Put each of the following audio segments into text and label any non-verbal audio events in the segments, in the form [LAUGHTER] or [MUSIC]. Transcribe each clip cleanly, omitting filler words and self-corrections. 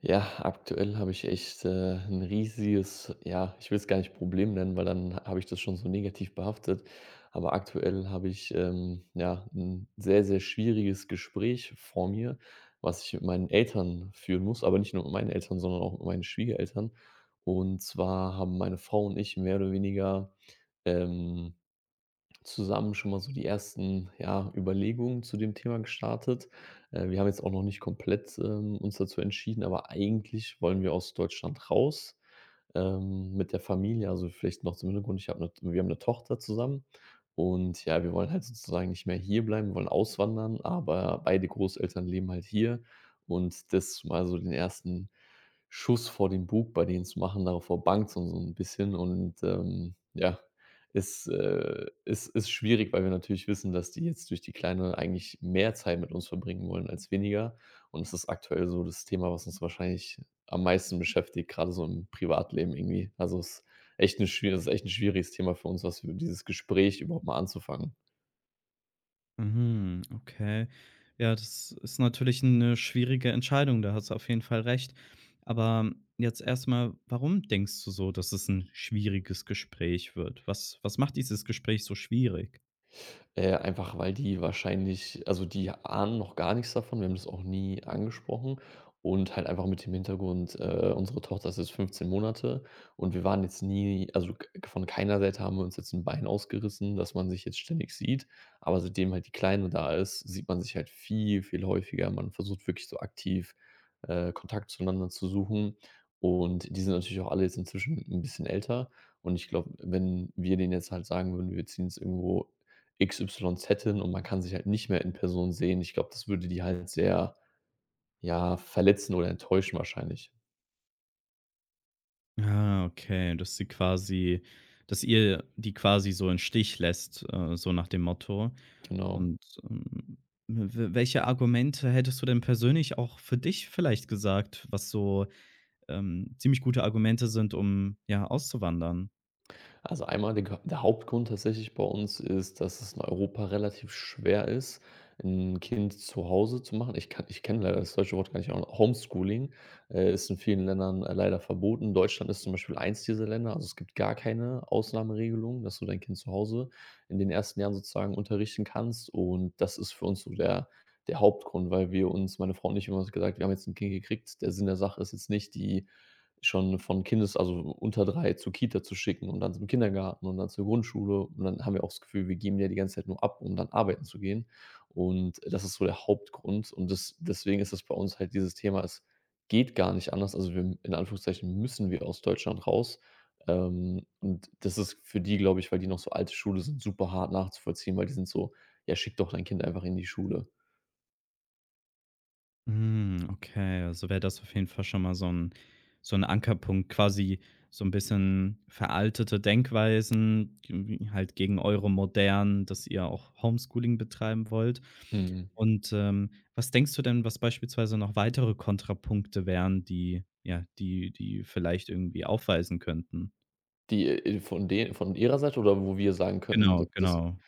Ja, aktuell habe ich echt, 'n riesiges ja, ich will es gar nicht Problem nennen, weil dann habe ich das schon so negativ behaftet. Aber aktuell habe ich, ja, ein sehr, sehr schwieriges Gespräch vor mir, was ich mit meinen Eltern führen muss, aber nicht nur mit meinen Eltern, sondern auch mit meinen Schwiegereltern. Und zwar haben meine Frau und ich mehr oder weniger ähm zusammen schon mal so die ersten, ja, Überlegungen zu dem Thema gestartet. Wir haben jetzt auch noch nicht komplett, uns dazu entschieden, aber eigentlich wollen wir aus Deutschland raus, mit der Familie. Also, vielleicht noch zum Hintergrund: ich habe 'ne wir haben eine Tochter zusammen, und ja, wir wollen halt sozusagen nicht mehr hierbleiben, wir wollen auswandern, aber beide Großeltern leben halt hier. Und das mal so den ersten Schuss vor den Bug bei denen zu machen, darauf bangt so so ein bisschen, und, ja, ist schwierig, weil wir natürlich wissen, dass die jetzt durch die Kleine eigentlich mehr Zeit mit uns verbringen wollen als weniger. Und es ist aktuell so das Thema, was uns wahrscheinlich am meisten beschäftigt, gerade so im Privatleben irgendwie. Also, es ist echt 'ne schwie ist echt 'n schwieriges Thema für uns, was wir dieses Gespräch überhaupt mal anzufangen. Mhm, okay. Ja, das ist natürlich eine schwierige Entscheidung, da hast du auf jeden Fall recht. Aber jetzt erstmal, warum denkst du so, dass es ein schwieriges Gespräch wird? Was macht dieses Gespräch so schwierig? Einfach weil die wahrscheinlich, also, die ahnen noch gar nichts davon. Wir haben das auch nie angesprochen, und halt einfach mit dem Hintergrund, unsere Tochter ist jetzt 15 Monate, und wir waren jetzt nie, also, k von keiner Seite haben wir uns jetzt ein Bein ausgerissen, dass man sich jetzt ständig sieht. Aber seitdem halt die Kleine da ist, sieht man sich halt viel, viel häufiger. Man versucht wirklich so aktiv, Kontakt zueinander zu suchen, und die sind natürlich auch alle jetzt inzwischen ein bisschen älter. Und ich glaube, wenn wir denen jetzt halt sagen würden, wir ziehen jetzt irgendwo X, Y, Z hin und man kann sich halt nicht mehr in Person sehen, ich glaube, das würde die halt sehr, ja, verletzen oder enttäuschen wahrscheinlich. Ah, okay, dass sie quasi dass ihr die quasi so in Stich lässt, so nach dem Motto. Genau. Und, ähm, w welche Argumente hättest du denn persönlich auch für dich vielleicht gesagt, was so, ziemlich gute Argumente sind, um, ja, auszuwandern? Also, einmal der Hauptgrund tatsächlich bei uns ist, dass es in Europa relativ schwer ist, ein Kind zu Hause zu machen. Ich kenne leider das deutsche Wort gar nicht auch. Homeschooling, ist in vielen Ländern, leider verboten. Deutschland ist zum Beispiel eins dieser Länder. Also, es gibt gar keine Ausnahmeregelung, dass du dein Kind zu Hause in den ersten Jahren sozusagen unterrichten kannst. Und das ist für uns so der Hauptgrund, weil wir uns, meine Frau und ich, immer gesagt, wir haben jetzt ein Kind gekriegt. Der Sinn der Sache ist jetzt nicht, die schon von Kindes, also unter drei, zur Kita zu schicken und dann zum Kindergarten und dann zur Grundschule, und dann haben wir auch das Gefühl, wir geben ja die ganze Zeit nur ab, um dann arbeiten zu gehen. Und das ist so der Hauptgrund, und das deswegen ist das bei uns halt dieses Thema, es geht gar nicht anders. Also, wir, in Anführungszeichen, müssen wir aus Deutschland raus. Und das ist für die, glaube ich, weil die noch so alte Schule sind, super hart nachzuvollziehen, weil die sind so: „Ja, schick doch dein Kind einfach in die Schule.“ Hm, okay, also wäre das auf jeden Fall schon mal so ein Ankerpunkt, quasi so ein bisschen veraltete Denkweisen, irgendwie halt gegen eure modernen, dass ihr auch Homeschooling betreiben wollt. Mhm. Und, was denkst du denn, was beispielsweise noch weitere Kontrapunkte wären, die ja, die vielleicht irgendwie aufweisen könnten? Die, von ihrer Seite, oder wo wir sagen könnten, Genau, das... genau.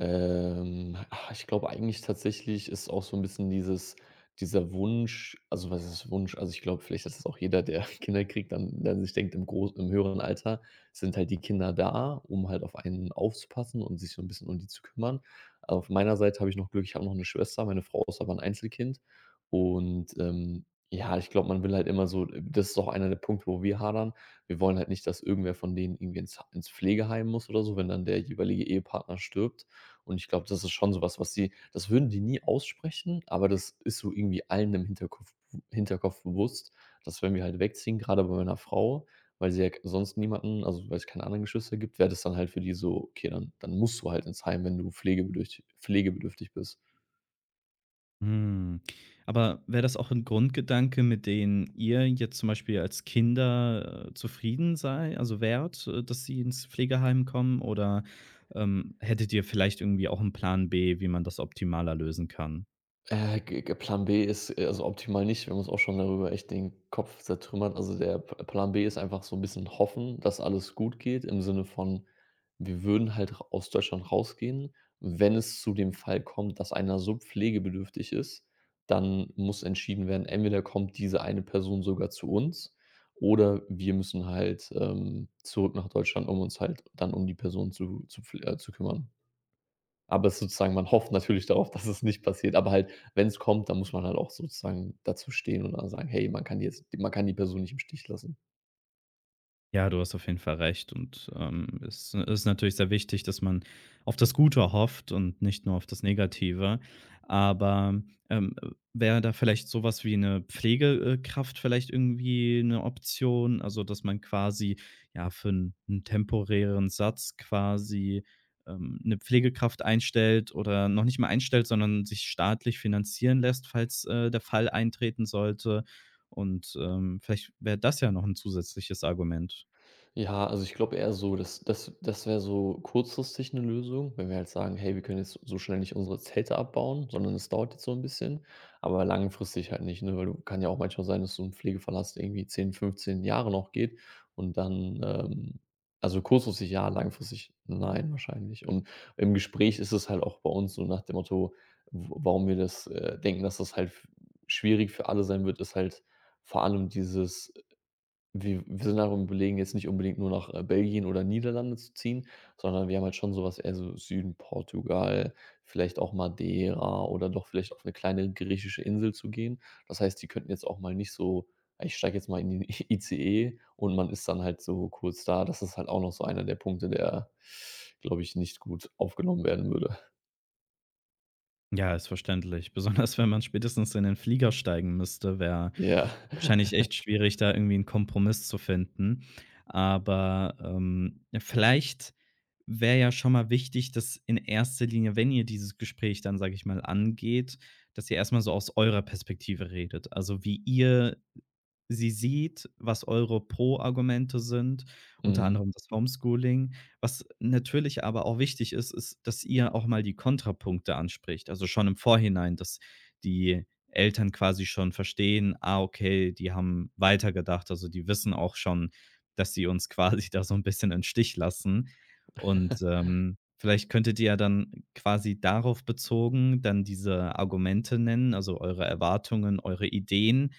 Ich glaube eigentlich tatsächlich ist auch so ein bisschen dieses dieser Wunsch, also, was ist Wunsch? Also, ich glaube, vielleicht ist es auch jeder, der [LAUGHS] Kinder kriegt, dann sich denkt, im höheren Alter sind halt die Kinder da, um halt auf einen aufzupassen und sich so ein bisschen um die zu kümmern. Auf meiner Seite habe ich noch Glück, ich habe noch eine Schwester, meine Frau ist aber ein Einzelkind, und, ja, ich glaube, man will halt immer so, das ist auch einer der Punkte, wo wir hadern. Wir wollen halt nicht, dass irgendwer von denen irgendwie ins Pflegeheim muss oder so, wenn dann der jeweilige Ehepartner stirbt. Und ich glaube, das ist schon sowas, was, sie, das würden die nie aussprechen, aber das ist so irgendwie allen im Hinterkopf bewusst, dass wenn wir halt wegziehen, gerade bei meiner Frau, weil sie ja sonst niemanden, also, weil es keine anderen Geschwister gibt, wäre das dann halt für die so: „Okay, dann musst du halt ins Heim, wenn du pflegebedürch pflegebedürftig bist.“ Hm. Aber wäre das auch ein Grundgedanke, mit den ihr jetzt zum Beispiel als Kinder, zufrieden sei also wärt, dass sie ins Pflegeheim kommen oder, hättet ihr vielleicht irgendwie auch einen Plan B, wie man das optimaler lösen kann? G g Plan B ist, also optimal nicht. Wir haben uns auch schon darüber echt den Kopf zertrümmert. Also, der P Plan B ist einfach so 'n bisschen hoffen, dass alles gut geht, im Sinne von, wir würden halt r aus Deutschland rausgehen. Wenn es zu dem Fall kommt, dass einer so pflegebedürftig ist, dann muss entschieden werden: entweder kommt diese eine Person sogar zu uns, oder wir müssen halt, zurück nach Deutschland, um uns halt dann um die Person zu kümmern. Aber es ist sozusagen, man hofft natürlich darauf, dass es nicht passiert, aber halt, wenn es kommt, dann muss man halt auch sozusagen dazu stehen und dann sagen: „Hey, man kann die Person nicht im Stich lassen.“ Ja, du hast auf jeden Fall recht und, es ist natürlich sehr wichtig, dass man auf das Gute hofft und nicht nur auf das Negative. Aber, ähm, wäre da vielleicht sowas wie eine Pflegekraft vielleicht irgendwie eine Option? Also, dass man quasi, ja, für einen 'n temporären Satz quasi, 'ne Pflegekraft einstellt oder noch nicht mal einstellt, sondern sich staatlich finanzieren lässt, falls, der Fall eintreten sollte. Und, vielleicht wäre das ja noch ein zusätzliches Argument. Ja, also ich glaube eher so, das wäre so kurzfristig eine Lösung, wenn wir halt sagen: „Hey, wir können jetzt so schnell nicht unsere Zelte abbauen, sondern es dauert jetzt so ein bisschen.“ Aber langfristig halt nicht, ne, weil du, kann ja auch manchmal sein, dass so 'n Pflegeverlass irgendwie 10, 15 Jahre noch geht, und dann, also kurzfristig ja, langfristig nein, wahrscheinlich. Und im Gespräch ist es halt auch bei uns so nach dem Motto, w warum wir das, denken, dass das halt f schwierig für alle sein wird, ist halt vor allem dieses... Wir sind auch Überlegen, jetzt nicht unbedingt nur nach, Belgien oder Niederlande zu ziehen, sondern wir haben halt schon so was eher so Süden Portugal, vielleicht auch Madeira oder doch vielleicht auf eine kleine griechische Insel zu gehen. Das heißt, die könnten jetzt auch mal nicht so: „Ich steige jetzt mal in den [LAUGHS] ICE, und man ist dann halt so kurz da.“ Das ist halt auch noch so einer der Punkte, der, glaube ich, nicht gut aufgenommen werden würde. Ja, ist verständlich. Besonders wenn man spätestens in den Flieger steigen müsste, wäre Ja. wahrscheinlich [LAUGHS] echt schwierig, da irgendwie einen Kompromiss zu finden. Aber, ja, vielleicht wäre ja schon mal wichtig, dass in erster Linie, wenn ihr dieses Gespräch dann, sage ich mal, angeht, dass ihr erstmal so aus eurer Perspektive redet. Also, wie ihr Sie sieht, was eure Pro-Argumente sind, unter Mhm. anderem das Homeschooling. Was natürlich aber auch wichtig ist, ist, dass ihr auch mal die Kontrapunkte anspricht. Also schon im Vorhinein, dass die Eltern quasi schon verstehen, ah, okay, die haben weitergedacht. Also die wissen auch schon, dass sie uns quasi [LAUGHS] da so ein bisschen im Stich lassen. Und, vielleicht könntet ihr ja dann quasi darauf bezogen dann diese Argumente nennen, also eure Erwartungen, eure Ideen,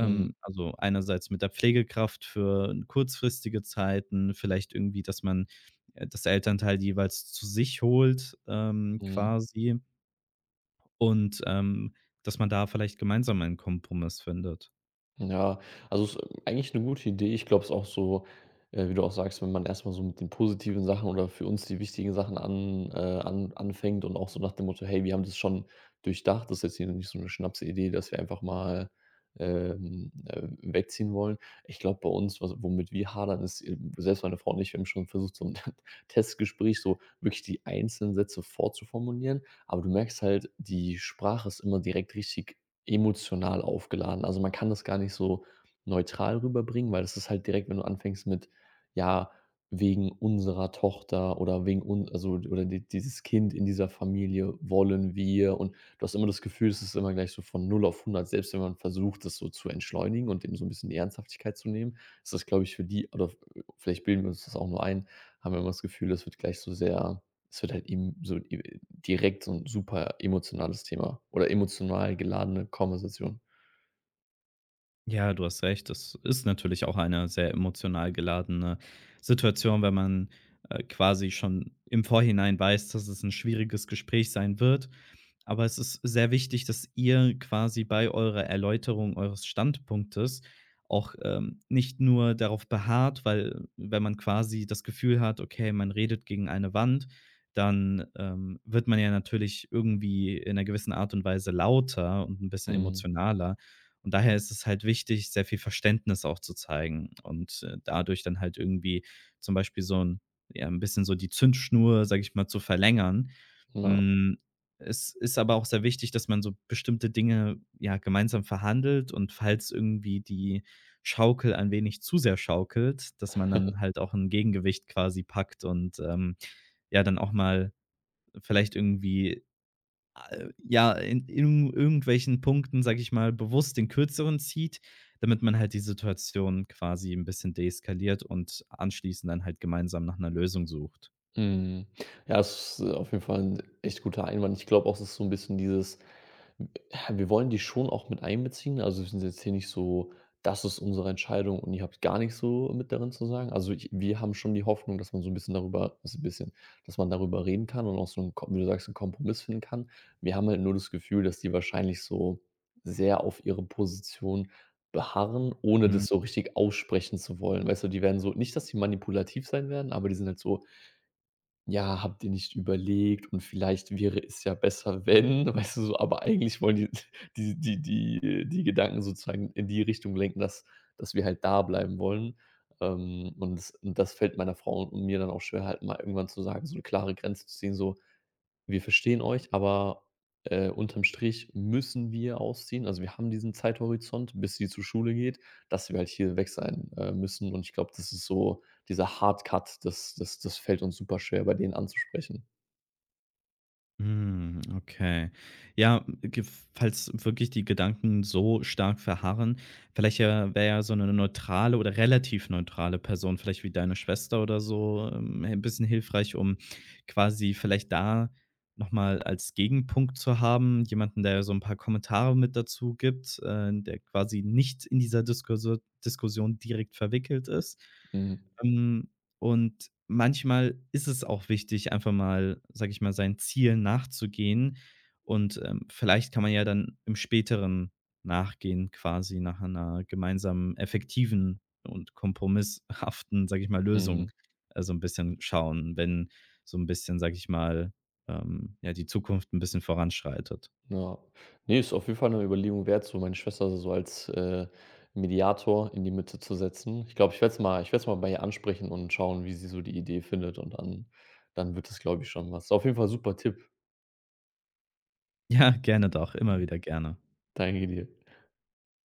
Mhm. also einerseits mit der Pflegekraft für kurzfristige Zeiten, vielleicht irgendwie, dass man, das Elternteil jeweils zu sich holt, Mhm. quasi und, dass man da vielleicht gemeinsam einen Kompromiss findet. Ja, also, es ist eigentlich eine gute Idee. Ich glaube, es ist auch so, wie du auch sagst, wenn man erstmal so mit den positiven Sachen oder für uns die wichtigen Sachen an an anfängt, und auch so nach dem Motto: „Hey, wir haben das schon durchdacht. Das ist jetzt hier nicht so eine Schnapsidee, dass wir einfach mal, wegziehen wollen.“ Ich glaube, bei uns, was womit wir hadern, ist eben, selbst meine Frau und ich, wir haben schon versucht, so 'n [LAUGHS] Testgespräch so wirklich die einzelnen Sätze vorzuformulieren, aber du merkst halt, die Sprache ist immer direkt richtig emotional aufgeladen. Also, man kann das gar nicht so neutral rüberbringen, weil das ist halt direkt, wenn du anfängst mit: „Ja, wegen unserer Tochter, oder wegen uns, also, oder die, dieses Kind in dieser Familie, wollen wir“, und du hast immer das Gefühl, es ist immer gleich so von null auf hundert, selbst wenn man versucht, das so zu entschleunigen und dem so ein bisschen die Ernsthaftigkeit zu nehmen, ist das, glaube ich, für die, oder vielleicht bilden wir uns das auch nur ein, haben wir immer das Gefühl, das wird gleich so sehr... Es wird halt eben so e direkt so 'n super emotionales Thema oder emotional geladene Konversation. Ja, du hast recht, das ist natürlich auch eine sehr emotional geladene Situation, wenn man, quasi schon im Vorhinein weiß, dass es ein schwieriges Gespräch sein wird. Aber es ist sehr wichtig, dass ihr quasi bei eurer Erläuterung eures Standpunktes auch, nicht nur darauf beharrt, weil wenn man quasi das Gefühl hat, okay, man redet gegen eine Wand, dann, wird man ja natürlich irgendwie in einer gewissen Art und Weise lauter und ein bisschen Mhm, emotionaler. Und daher ist es halt wichtig, sehr viel Verständnis auch zu zeigen und, dadurch dann halt irgendwie zum Beispiel so ein ja, ein bisschen so die Zündschnur, sage ich mal, zu verlängern. ja. Hm, es ist aber auch sehr wichtig, dass man so bestimmte Dinge, ja, gemeinsam verhandelt, und falls irgendwie die Schaukel ein wenig zu sehr schaukelt, dass man dann halt auch ein Gegengewicht quasi packt und, ja, dann auch mal vielleicht irgendwie, ja, in irgendwelchen Punkten, sage ich mal, bewusst den Kürzeren zieht, damit man halt die Situation quasi ein bisschen deeskaliert und anschließend dann halt gemeinsam nach einer Lösung sucht. Mhm. Ja, es ist auf jeden Fall 'n echt guter Einwand. Ich glaube auch, es ist so 'n bisschen dieses: ja, wir wollen die schon auch mit einbeziehen. Also, wir sind jetzt hier nicht so: „Das ist unsere Entscheidung und ihr habt gar nichts so mit darin zu sagen.“ Also, ich wir haben schon die Hoffnung, dass man so ein bisschen darüber, was ein bisschen, dass man darüber reden kann und auch so 'n Ko, wie du sagst, einen Kompromiss finden kann. Wir haben halt nur das Gefühl, dass die wahrscheinlich so sehr auf ihre Position beharren, ohne das so richtig aussprechen zu wollen. Weißt du, die werden so, nicht dass die manipulativ sein werden, aber die sind halt so: ja, habt ihr nicht überlegt, und vielleicht wäre es ja besser, wenn, [LAUGHS] weißt du so? Aber eigentlich wollen die [LAUGHS] die, die Gedanken sozusagen in die Richtung lenken, dass wir halt da bleiben wollen. Und das, und das fällt meiner Frau und mir dann auch schwer, halt mal irgendwann zu sagen, so eine klare Grenze zu ziehen, so: wir verstehen euch, aber, unterm Strich müssen wir ausziehen. Also, wir haben diesen Zeithorizont, bis sie zur Schule geht, dass wir halt hier weg sein, müssen. Und ich glaube, das ist so dieser Hard Cut, das fällt uns super schwer, bei denen anzusprechen. Hm, okay. Ja, ge falls wirklich die Gedanken so stark verharren, vielleicht ja wäre ja so eine neutrale oder relativ neutrale Person, vielleicht wie deine Schwester oder so, 'n bisschen hilfreich, um quasi vielleicht da noch mal als Gegenpunkt zu haben, jemanden, der so ein paar Kommentare mit dazu gibt, der quasi nicht in dieser Diskurso Diskussion direkt verwickelt ist. Mhm. Ähm und manchmal ist es auch wichtig, einfach mal, sage ich mal, seinen Zielen nachzugehen. Und, vielleicht kann man ja dann im Späteren nachgehen quasi nach einer gemeinsamen effektiven und kompromisshaften, sage ich mal, Mhm. Lösung, so 'n bisschen schauen, wenn so ein bisschen, sage ich mal, ja, die Zukunft ein bisschen voranschreitet. Ja, nee, ist auf jeden Fall eine Überlegung wert, so meine Schwester so als, Mediator in die Mitte zu setzen. Ich glaube, ich werde es mal bei ihr ansprechen und schauen, wie sie so die Idee findet, und dann wird das, glaube ich, schon was. Auf jeden Fall super Tipp. Ja, gerne doch, immer Mhm. wieder gerne. Danke dir.